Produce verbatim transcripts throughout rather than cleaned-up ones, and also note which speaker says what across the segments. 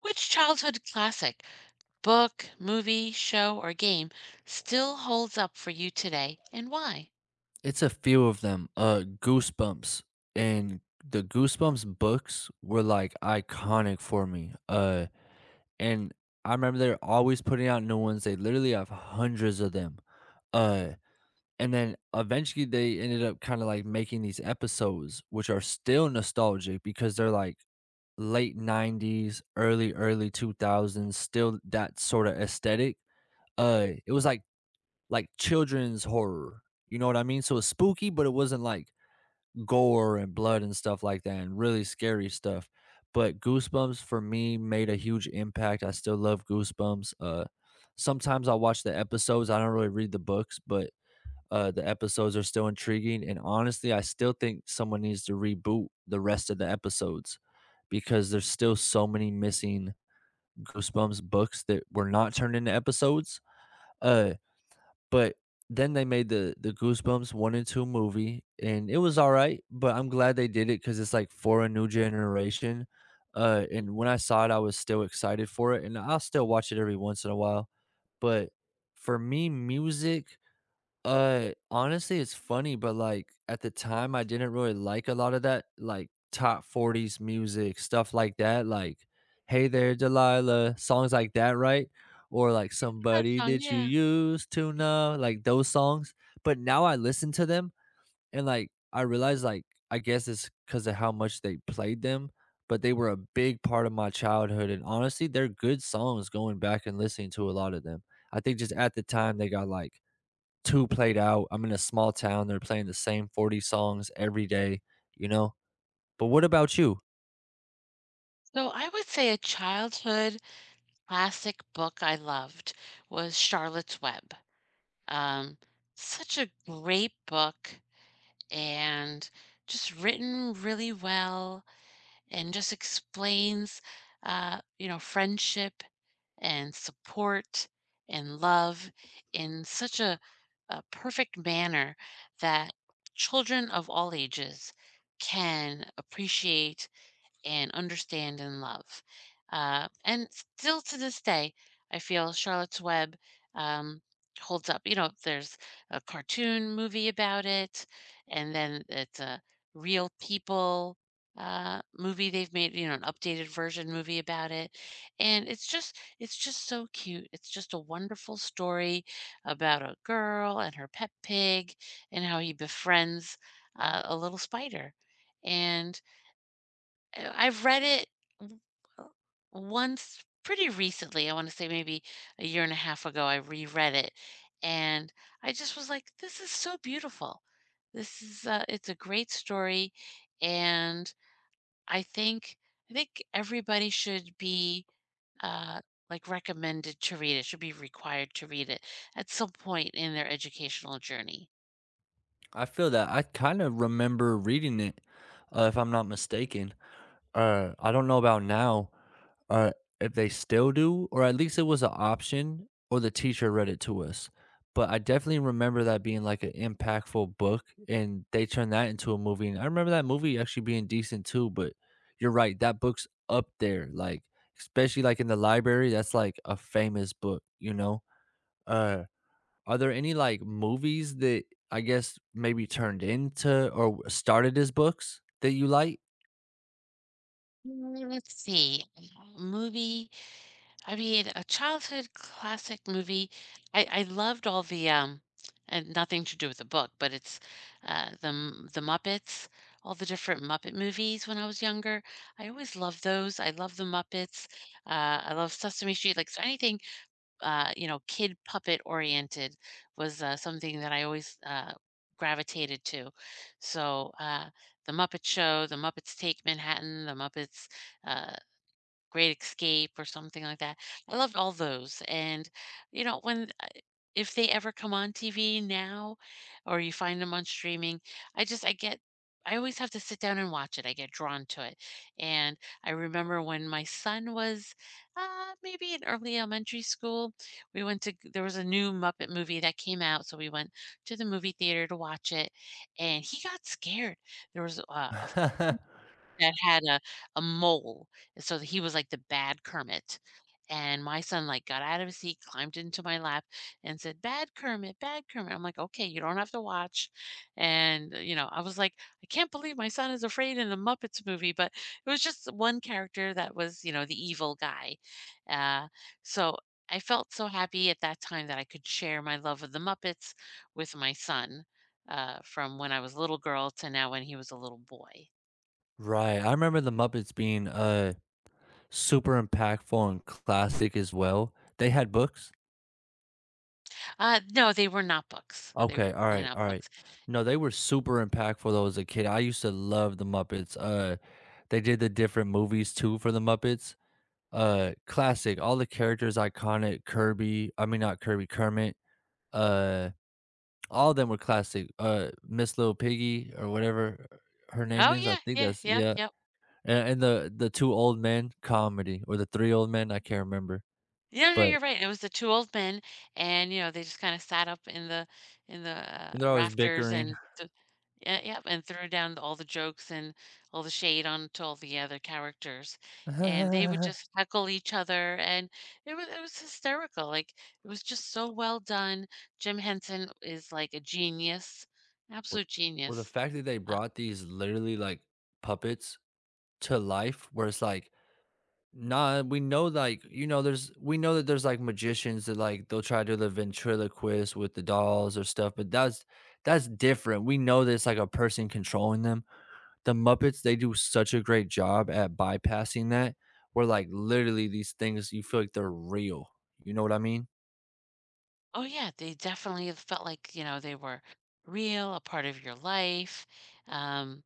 Speaker 1: Which childhood classic, book, movie, show, or game still holds up for you today and why?
Speaker 2: It's a few of them. Uh, Goosebumps and the Goosebumps books were like iconic for me. Uh, and I remember they're always putting out new ones. They literally have hundreds of them. Uh, and then eventually they ended up kind of like making these episodes, which are still nostalgic because they're like late nineties, early, early two thousands, still that sort of aesthetic. Uh, it was like like children's horror. You know what I mean? So it's spooky, but it wasn't like gore and blood and stuff like that and really scary stuff. But Goosebumps for me made a huge impact. I still love Goosebumps. Uh sometimes I watch the episodes. I don't really read the books, but uh the episodes are still intriguing, and honestly, I still think someone needs to reboot the rest of the episodes because there's still so many missing Goosebumps books that were not turned into episodes. Uh but then they made the the Goosebumps one and two movie, and it was alright, but I'm glad they did it because it's, like, for a new generation, uh, and when I saw it, I was still excited for it, and I'll still watch it every once in a while, but for me, music, uh, honestly, it's funny, but, like, at the time, I didn't really like a lot of that, like, top forties music, stuff like that, like, "Hey There Delilah," songs like that, right? Or, like,
Speaker 1: That
Speaker 2: "Somebody
Speaker 1: song,
Speaker 2: That You
Speaker 1: yeah.
Speaker 2: Used to Know," like, those songs, but now I listen to them, and, like, I realize, like, I guess it's because of how much they played them, but they were a big part of my childhood, and honestly, they're good songs going back and listening to a lot of them. I think just at the time, they got, like, two played out. I'm in a small town. They're playing the same forty songs every day, you know? But what about you?
Speaker 1: So I would say a childhood classic book I loved was Charlotte's Web. Um, such a great book and just written really well and just explains uh, you know, friendship and support and love in such a, a perfect manner that children of all ages can appreciate and understand and love. Uh, and still to this day, I feel Charlotte's Web um, holds up. You know, there's a cartoon movie about it, and then it's a real people uh movie they've made, you know, an updated version movie about it. And it's just it's just so cute, it's just a wonderful story about a girl and her pet pig and how he befriends uh, a little spider and uh, I've read it w uh, once pretty recently. I wanna say maybe a year and a half ago, I reread it, and I just was like, "This is so beautiful. This is a it's a great story," and I think I think everybody should be, uh, like, recommended to read it, should be required to read it at some point in their educational journey.
Speaker 2: I feel that I kind of remember reading it, uh, if I'm not mistaken. Uh, I don't know about now. Uh, if they still do, or at least it was an option, or the teacher read it to us. But I definitely remember that being like an impactful book, and they turned that into a movie. And I remember that movie actually being decent too. But you're right, that book's up there, like especially like in the library. That's like a famous book, you know. Uh, are there any like movies that I guess maybe turned into or started as books that you like?
Speaker 1: Mm, let's see. Movie I mean, a childhood classic movie. I I loved all the, um and nothing to do with the book, but it's, uh, the M The Muppets, all the different Muppet movies when I was younger. I always loved those. I love The Muppets. Uh, I love Sesame Street. Like, so anything, uh, you know, kid puppet oriented was, uh, something that I always, uh, gravitated to. So, uh, The Muppet Show, The Muppets Take Manhattan, The Muppets, uh Great Escape or something like that. I loved all those, and, you know, when I if they ever come on T V now or you find them on streaming, I just I get I always have to sit down and watch it. I get drawn to it, and I remember when my son was, uh, maybe in early elementary school, we went to there was a new Muppet movie that came out, so we went to the movie theater to watch it, and he got scared. There was a a
Speaker 2: Right,
Speaker 1: that had a a mole, and so he was like the bad Kermit, and my son, like, got out of his seat, climbed into my lap, and said, "Bad Kermit, bad Kermit." I'm like, "Okay, you don't have to watch," and, uh, you know, I was like, "I can't believe my son is afraid in the Muppets movie," but it was just one character that was, you know, the evil guy, uh, so I felt so happy at that time that I could share my love of the Muppets with my son, uh, from when I was a little girl to now when he was a little boy.
Speaker 2: I remember the Muppets being uh super impactful and classic as well. They had books?
Speaker 1: Uh, no, they were not books. They were
Speaker 2: Okay, all right,
Speaker 1: definitely not
Speaker 2: all right.
Speaker 1: books.
Speaker 2: No, they were super impactful though as a kid. I used to love the Muppets. Uh they did the different movies too for the Muppets. Uh classic. All the characters iconic. Kirby, I mean not Kirby, Kermit. Uh all of them were classic. Uh Miss Little Piggy or whatever her name
Speaker 1: Oh,
Speaker 2: is. I
Speaker 1: yeah,
Speaker 2: think
Speaker 1: yeah,
Speaker 2: that's
Speaker 1: yep,
Speaker 2: yeah.
Speaker 1: yep.
Speaker 2: And, and the the two old men comedy or the three old men, I can't remember.
Speaker 1: No, no,
Speaker 2: But
Speaker 1: you're right. It was the two old men, and, you know, they just kinda sat up in the in the, uh,
Speaker 2: and they're always
Speaker 1: rafters
Speaker 2: bickering.
Speaker 1: and th yeah, yep, and threw down all the jokes and all the shade onto all the other characters, and they would
Speaker 2: Well
Speaker 1: just heckle each other, and it was it was hysterical, like, it was just so well done. Jim Henson is, like, a genius, absolute
Speaker 2: well, the
Speaker 1: genius.
Speaker 2: fact that they
Speaker 1: uh,
Speaker 2: brought these literally, like, puppets to life where it's like, "Nah, we know, like, you know, there's we know that there's, like, magicians that, like, they'll try to do the ventriloquist with the dolls or stuff, but that's that's different. We know that it's, like, a person controlling them." The Muppets, they do such a great job at bypassing that, where, like, literally these things, you feel like they're real. You know what I mean?
Speaker 1: Oh, yeah, they definitely felt like, you know, they were real, a part of your life, um,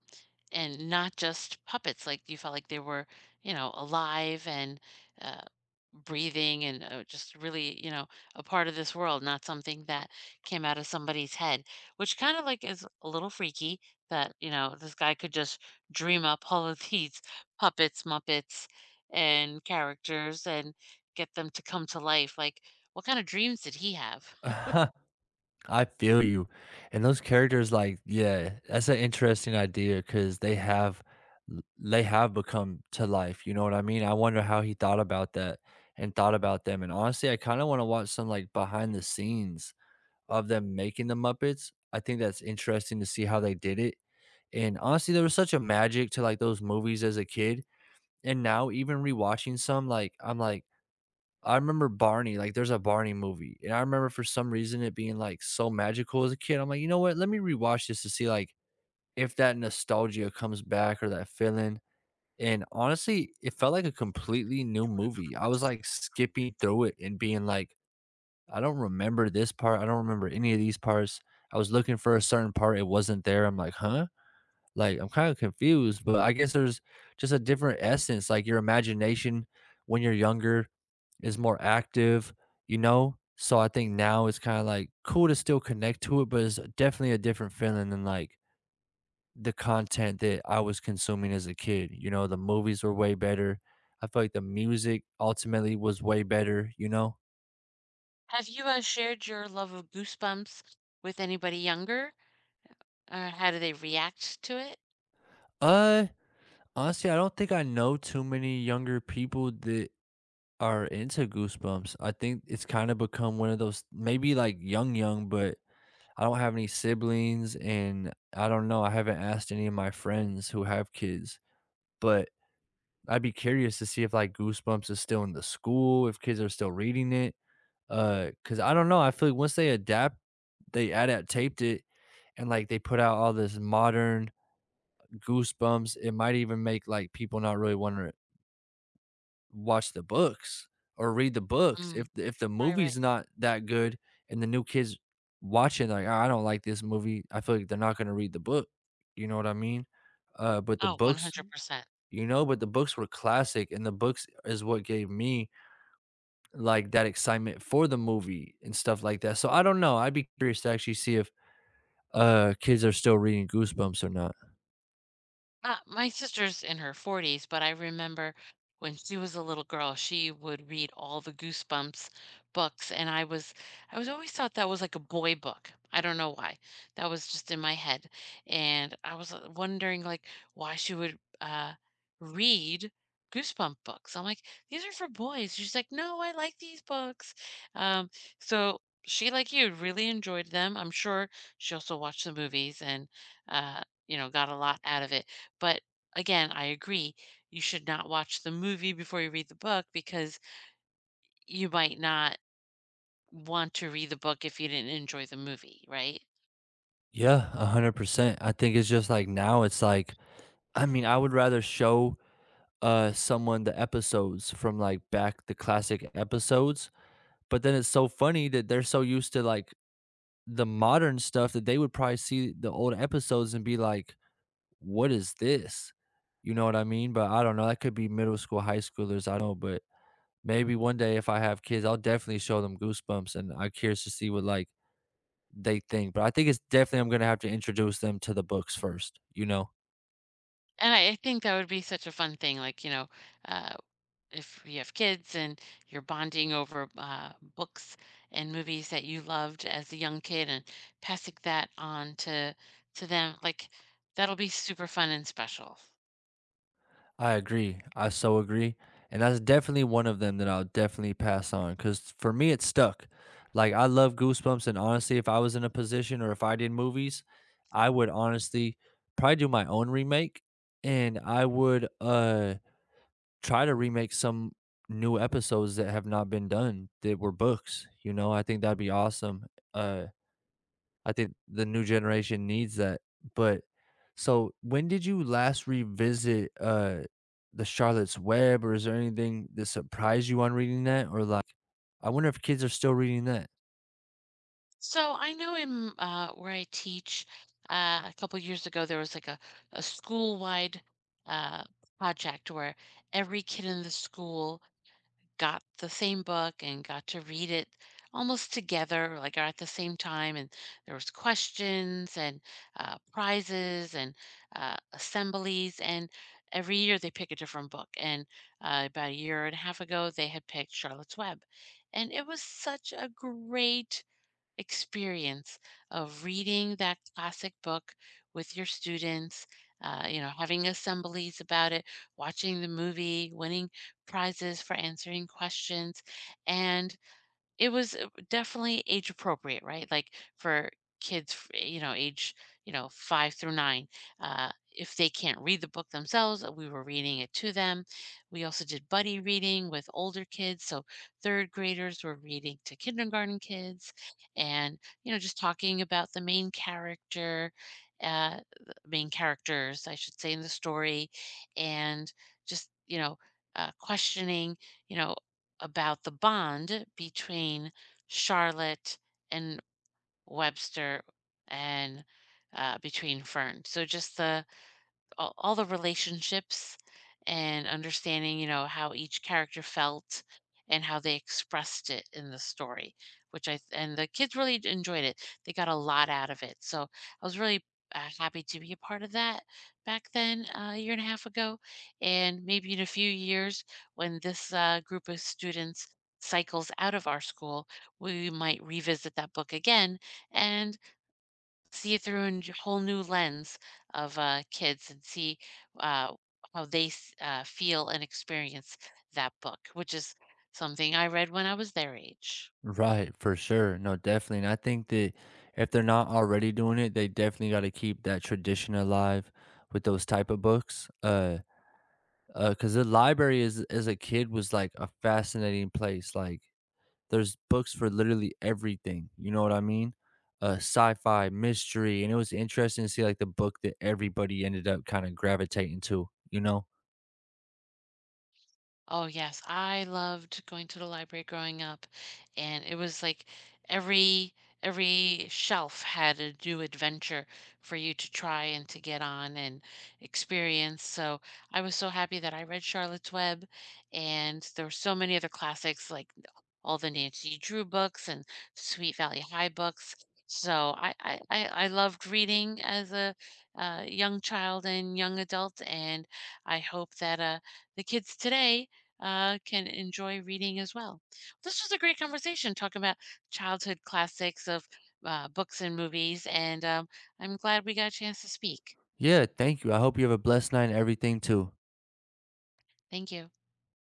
Speaker 1: and not just puppets. Like you felt like they were, you know, alive and uh, breathing and uh, just really, you know, a part of this world, not something that came out of somebody's head, which kind of like is a little freaky that, you know, this guy could just dream up all of these puppets, muppets, and characters and get them to come to life. Like, what kind of dreams did he have?
Speaker 2: I feel you. And those characters, like, yeah, that's an interesting idea because they have they have become to life. You know what I mean? I wonder how he thought about that and thought about them. And honestly, I kind of want to watch some like behind the scenes of them making the Muppets. I think that's interesting to see how they did it. And honestly, there was such a magic to like those movies as a kid. And now even rewatching some, like I'm like, I remember Barney, like, there's a Barney movie, and I remember for some reason it being, like, so magical as a kid, I'm like, "You know what? Let me rewatch this to see, like, if that nostalgia comes back or that feeling," and honestly, it felt like a completely new movie. I was, like, skipping through it and being like, "I don't remember this part, I don't remember any of these parts." I was looking for a certain part, it wasn't there, I'm like, "Huh?" Like, I'm kinda confused, but I guess there's just a different essence, like, your imagination when you're younger is more active, you know? So, I think now it's kinda, like, cool to still connect to it, but it's definitely a different feeling than, like, the content that I was consuming as a kid, you know? The movies were way better. I feel like the music ultimately was way better, you know?
Speaker 1: Have you, uh, shared your love of Goosebumps with anybody younger? Or how do they react to it?
Speaker 2: Uh, Honestly, I don't think I know too many younger people that are into Goosebumps. I think it's kind of become one of those maybe like young young, but I don't have any siblings, and I don't know, I haven't asked any of my friends who have kids, but I'd be curious to see if like Goosebumps is still in the school, if kids are still reading it. Uh, cause I don't know. I feel like once they adapt, they adapt taped it and like they put out all this modern Goosebumps, it might even make like people not really want to watch the books or read the books. If
Speaker 1: Mm,
Speaker 2: the if the
Speaker 1: right, right.
Speaker 2: movie's not that good and the new kids watching like, "Oh, I don't like this movie," I feel like they're not gonna read the book, you know what I mean? Uh, but the
Speaker 1: Oh,
Speaker 2: books
Speaker 1: one hundred percent.
Speaker 2: You know, but the books were classic, and the books is what gave me, like, that excitement for the movie and stuff like that. So I don't know, I'd be curious to actually see if, uh, kids are still reading Goosebumps or not.
Speaker 1: Uh, my sister's in her forties, but I remember when she was a little girl, she would read all the Goosebumps books, and I was I was always thought that was like a boy book. I don't know why. That was just in my head. And I was uh, wondering like why she would uh read Goosebump books. I'm like, these are for boys. She's like, no, I like these books. Um, so she, like you, really enjoyed them. I'm sure she also watched the movies and uh, you know, got a lot out of it, but again, I agree, you should not watch the movie before you read the book because you might not want to read the book if you didn't enjoy the movie, right?
Speaker 2: Yeah, one hundred percent. I think it's just like now it's like I mean, I would rather show uh someone the episodes from like back the classic episodes, but then it's so funny that they're so used to like the modern stuff that they would probably see the old episodes and be like what is this, you know what I mean? But I don't know, that could be middle school high schoolers, I don't know. But maybe one day if I have kids I'll definitely show them Goosebumps, and I'm curious to see what like they think, but I think it's definitely I'm gonna have to introduce them to the books first, you know.
Speaker 1: And I I think that would be such a fun thing, like, you know, uh, if you have kids and you're bonding over uh, books and movies that you loved as a young kid and passing that on to to them, like that'll be super fun and special.
Speaker 2: I agree. I so agree. And that's definitely one of them that I'll definitely pass on because for me, it stuck. Like, I love Goosebumps. And honestly, if I was in a position or if I did movies, I would honestly probably do my own remake, and I would uh try to remake some new episodes that have not been done that were books. You know, I think that'd be awesome. Uh, I think the new generation needs that. But so when did you last revisit uh the Charlotte's Web, or is there anything that surprised you on reading that? Or like I wonder if kids are still reading that.
Speaker 1: So I know in uh, where I teach, uh, a couple years ago there was like a, a school-wide uh, project where every kid in the school got the same book and got to read it almost together, like or at the same time. And there was questions and uh, prizes and uh, assemblies. And every year they pick a different book. And uh, about a year and a half ago they had picked Charlotte's Web, and it was such a great experience of reading that classic book with your students, uh, you know, having assemblies about it, watching the movie, winning prizes for answering questions, and it was, uh, definitely age appropriate, right? Like, for kids, f eh, you know, age, you know, five through nine, uh, if they can't read the book themselves, uh, we were reading it to them. We also did buddy reading with older kids, so third graders were reading to kindergarten kids and, you know, just talking about the main character, uh, the main characters, I should say, in the story, and just, you know, uh, questioning, you know, about the bond between Charlotte and Webster and uh, between Fern. So just the all, all the relationships and understanding, you know, how each character felt and how they expressed it in the story, which I and the kids really d- enjoyed it. They got a lot out of it. So I was really uh, happy to be a part of that back then, uh, a year and a half ago. And maybe in a few years, when this uh, group of students cycles out of our school, we might revisit that book again. And see it through a n- whole new lens of uh, kids and see uh, how they s- uh, feel and experience that book, which is something I read when I was their age.
Speaker 2: Right, for sure. No, definitely. And I think that if they're not already doing it, they definitely gotta keep that tradition alive with those type of books. Uh uh, because the library is as a kid was like a fascinating place. Like there's books for literally everything, you know what I mean? Uh, sci-fi, mystery, and it was interesting to see, like, the book that everybody ended up kinda gravitating to, you know?
Speaker 1: Oh, yes, I loved going to the library growing up, and it was like every every shelf had a new adventure for you to try and to get on and experience. So I was so happy that I read Charlotte's Web, and there were so many other classics like all the Nancy Drew books and Sweet Valley High books. So I I I I loved reading as a, uh, young child and young adult, and I hope that, uh, the kids today, uh, can enjoy reading as well. This was a great conversation talking about childhood classics of, uh, books and movies, and, um, I'm glad we got a chance to speak.
Speaker 2: Yeah, thank you, I hope you have a blessed night and everything too.
Speaker 1: Thank you.